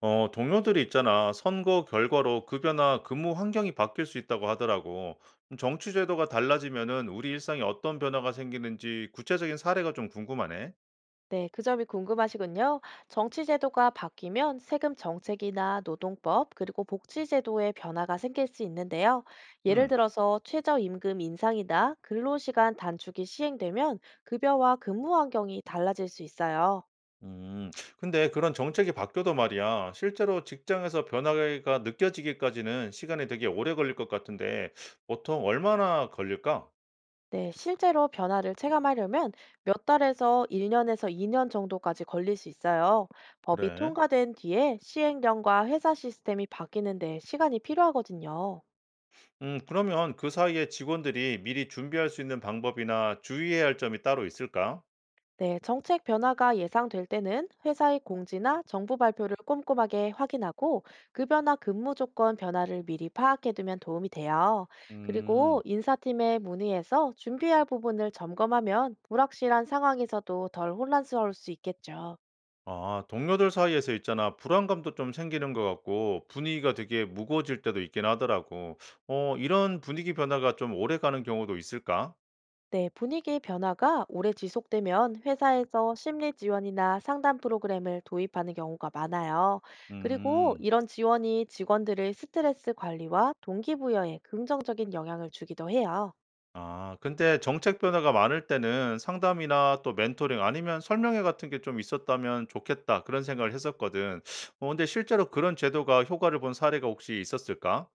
어, 동료들이 있잖아. 선거 결과로 급여나 근무 환경이 바뀔 수 있다고 하더라고. 정치 제도가 달라지면은 우리 일상에 어떤 변화가 생기는지 구체적인 사례가 좀 궁금하네. 네, 그 점이 궁금하시군요. 정치 제도가 바뀌면 세금 정책이나 노동법, 그리고 복지 제도에 변화가 생길 수 있는데요. 예를 음. 들어서 최저임금 인상이나 근로시간 단축이 시행되면 급여와 근무 환경이 달라질 수 있어요. 음. 근데 그런 정책이 바뀌어도 말이야. 실제로 직장에서 변화가 느껴지기까지는 시간이 되게 오래 걸릴 것 같은데 보통 얼마나 걸릴까? 네, 실제로 변화를 체감하려면 몇 달에서 1년에서 2년 정도까지 걸릴 수 있어요. 법이 그래. 통과된 뒤에 시행령과 회사 시스템이 바뀌는 데 시간이 필요하거든요. 그러면 그 사이에 직원들이 미리 준비할 수 있는 방법이나 주의해야 할 점이 따로 있을까? 네, 정책 변화가 예상될 때는 회사의 공지나 정부 발표를 꼼꼼하게 확인하고 급여나 근무 조건 변화를 미리 파악해두면 도움이 돼요. 그리고 음. 인사팀에 문의해서 준비할 부분을 점검하면 불확실한 상황에서도 덜 혼란스러울 수 있겠죠. 아, 동료들 사이에서 있잖아. 불안감도 좀 생기는 것 같고, 분위기가 되게 무거워질 때도 있긴 하더라고. 어, 이런 분위기 변화가 좀 오래 가는 경우도 있을까? 네, 분위기의 변화가 오래 지속되면 회사에서 심리 지원이나 상담 프로그램을 도입하는 경우가 많아요. 그리고 음, 이런 지원이 직원들의 스트레스 관리와 동기부여에 긍정적인 영향을 주기도 해요. 아, 근데 정책 변화가 많을 때는 상담이나 또 멘토링 아니면 설명회 같은 게 좀 있었다면 좋겠다. 그런 생각을 했었거든. 어, 근데 실제로 그런 제도가 효과를 본 사례가 혹시 있었을까?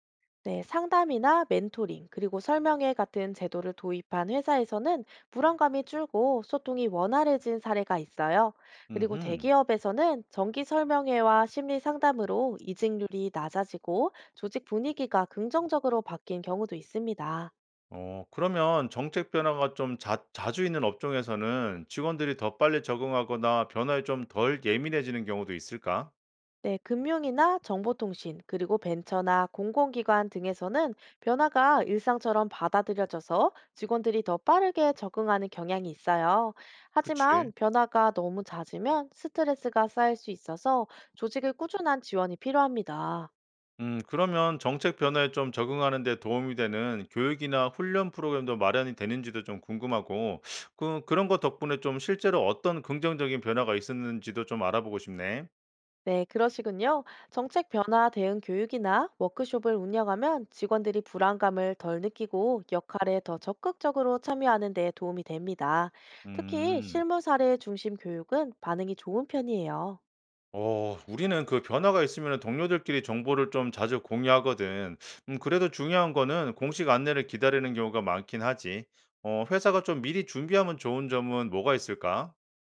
네, 상담이나 멘토링, 그리고 설명회 같은 제도를 도입한 회사에서는 불안감이 줄고 소통이 원활해진 사례가 있어요. 그리고 음흠. 대기업에서는 정기 설명회와 심리 상담으로 이직률이 낮아지고 조직 분위기가 긍정적으로 바뀐 경우도 있습니다. 어 그러면 정책 변화가 좀 자 자주 있는 업종에서는 직원들이 더 빨리 적응하거나 변화에 좀 덜 예민해지는 경우도 있을까? 네, 금융이나 정보통신, 그리고 벤처나 공공기관 등에서는 변화가 일상처럼 받아들여져서 직원들이 더 빠르게 적응하는 경향이 있어요. 하지만 그치. 변화가 너무 잦으면 스트레스가 쌓일 수 있어서 조직의 꾸준한 지원이 필요합니다. 그러면 정책 변화에 좀 적응하는 데 도움이 되는 교육이나 훈련 프로그램도 마련이 되는지도 좀 궁금하고 그런 것 덕분에 좀 실제로 어떤 긍정적인 변화가 있었는지도 좀 알아보고 싶네. 네, 그러시군요. 정책 변화 대응 교육이나 워크숍을 운영하면 직원들이 불안감을 덜 느끼고 역할에 더 적극적으로 참여하는 데 도움이 됩니다. 특히 음. 실무 사례 중심 교육은 반응이 좋은 편이에요. 어, 우리는 그 변화가 있으면 동료들끼리 정보를 좀 자주 공유하거든. 그래도 중요한 거는 공식 안내를 기다리는 경우가 많긴 하지. 어, 회사가 좀 미리 준비하면 좋은 점은 뭐가 있을까?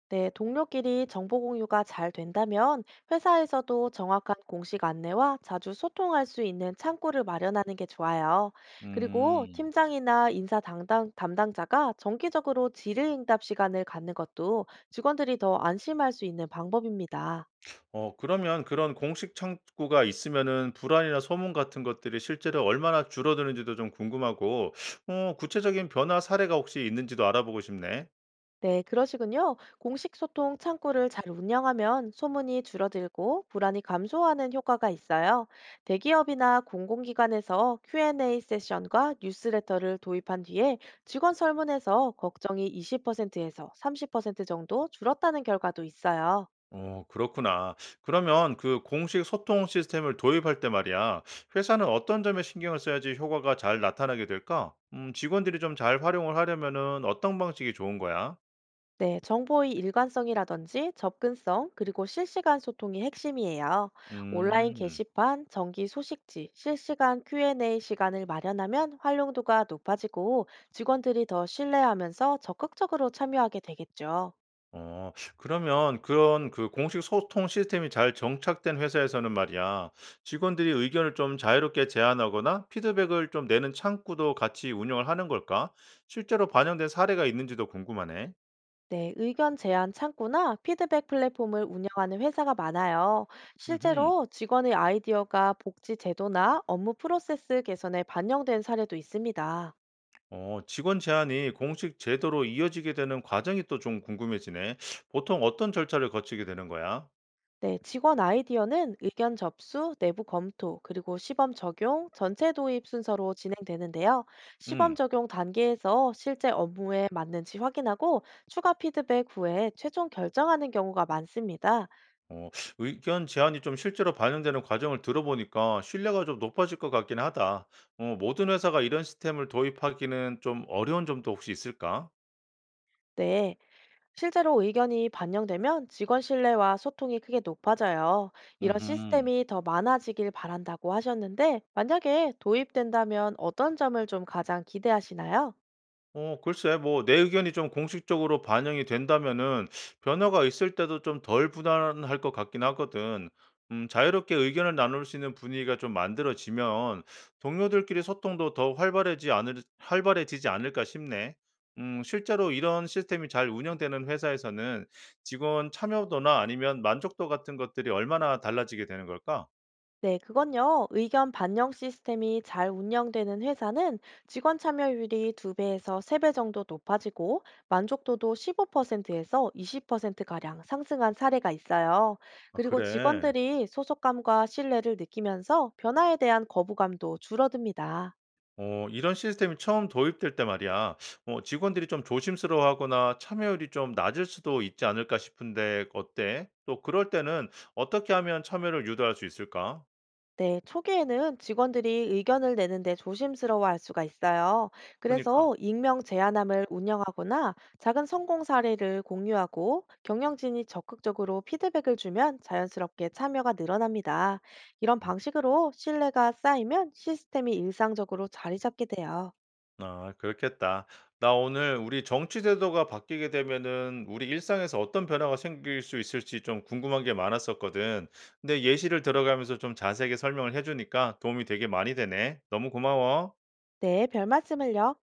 네, 동료끼리 정보 공유가 잘 된다면 회사에서도 정확한 공식 안내와 자주 소통할 수 있는 창구를 마련하는 게 좋아요. 그리고 음, 팀장이나 인사 담당자가 정기적으로 질의응답 시간을 갖는 것도 직원들이 더 안심할 수 있는 방법입니다. 어, 그러면 그런 공식 창구가 있으면은 불안이나 소문 같은 것들이 실제로 얼마나 줄어드는지도 좀 궁금하고, 어, 구체적인 변화 사례가 혹시 있는지도 알아보고 싶네. 네, 그러시군요. 공식 소통 창구를 잘 운영하면 소문이 줄어들고 불안이 감소하는 효과가 있어요. 대기업이나 공공기관에서 Q&A 세션과 뉴스레터를 도입한 뒤에 직원 설문에서 걱정이 20%에서 30% 정도 줄었다는 결과도 있어요. 어, 그렇구나. 그러면 그 공식 소통 시스템을 도입할 때 말이야, 회사는 어떤 점에 신경을 써야지 효과가 잘 나타나게 될까? 직원들이 좀 잘 활용을 하려면은 어떤 방식이 좋은 거야? 네, 정보의 일관성이라든지 접근성, 그리고 실시간 소통이 핵심이에요. 온라인 음, 게시판, 정기 소식지, 실시간 Q&A 시간을 마련하면 활용도가 높아지고 직원들이 더 신뢰하면서 적극적으로 참여하게 되겠죠. 어, 그러면 그런 그 공식 소통 시스템이 잘 정착된 회사에서는 말이야, 직원들이 의견을 좀 자유롭게 제안하거나 피드백을 좀 내는 창구도 같이 운영을 하는 걸까? 실제로 반영된 사례가 있는지도 궁금하네. 네, 의견 제안 창구나 피드백 플랫폼을 운영하는 회사가 많아요. 음흠. 실제로 직원의 아이디어가 복지 제도나 업무 프로세스 개선에 반영된 사례도 있습니다. 어, 직원 제안이 공식 제도로 이어지게 되는 과정이 또 좀 궁금해지네. 보통 어떤 절차를 거치게 되는 거야? 네, 직원 아이디어는 의견 접수, 내부 검토, 그리고 시범 적용, 전체 도입 순서로 진행되는데요. 시범 음, 적용 단계에서 실제 업무에 맞는지 확인하고 추가 피드백 후에 최종 결정하는 경우가 많습니다. 어, 의견 제안이 좀 실제로 반영되는 과정을 들어보니까 신뢰가 좀 높아질 것 같긴 하다. 어, 모든 회사가 이런 시스템을 도입하기는 좀 어려운 점도 혹시 있을까? 네, 실제로 의견이 반영되면 직원 신뢰와 소통이 크게 높아져요. 이런 음 시스템이 더 많아지길 바란다고 하셨는데, 만약에 도입된다면 어떤 점을 좀 가장 기대하시나요? 어 글쎄 뭐 내 의견이 좀 공식적으로 반영이 된다면은 변화가 있을 때도 좀 덜 부담할 것 같긴 하거든. 자유롭게 의견을 나눌 수 있는 분위기가 좀 만들어지면 동료들끼리 소통도 더 활발해지지 않을까 싶네. 실제로 이런 시스템이 잘 운영되는 회사에서는 직원 참여도나 아니면 만족도 같은 것들이 얼마나 달라지게 되는 걸까? 네, 그건요. 의견 반영 시스템이 잘 운영되는 회사는 직원 참여율이 2배에서 3배 정도 높아지고 만족도도 15%에서 20%가량 상승한 사례가 있어요. 아 그리고 그래. 직원들이 소속감과 신뢰를 느끼면서 변화에 대한 거부감도 줄어듭니다. 어, 이런 시스템이 처음 도입될 때 말이야, 어, 직원들이 좀 조심스러워하거나 참여율이 좀 낮을 수도 있지 않을까 싶은데 어때? 또 그럴 때는 어떻게 하면 참여를 유도할 수 있을까? 네, 초기에는 직원들이 의견을 내는데 조심스러워할 수가 있어요. 그니까. 그래서 익명 제안함을 운영하거나 작은 성공 사례를 공유하고 경영진이 적극적으로 피드백을 주면 자연스럽게 참여가 늘어납니다. 이런 음. 방식으로 신뢰가 쌓이면 시스템이 일상적으로 자리 잡게 돼요. 아, 그렇겠다. 나 오늘 우리 정치 제도가 바뀌게 되면은 우리 일상에서 어떤 변화가 생길 수 있을지 좀 궁금한 게 많았었거든. 근데 예시를 들어가면서 좀 자세하게 설명을 해주니까 도움이 되게 많이 되네. 너무 고마워. 네, 별 말씀을요.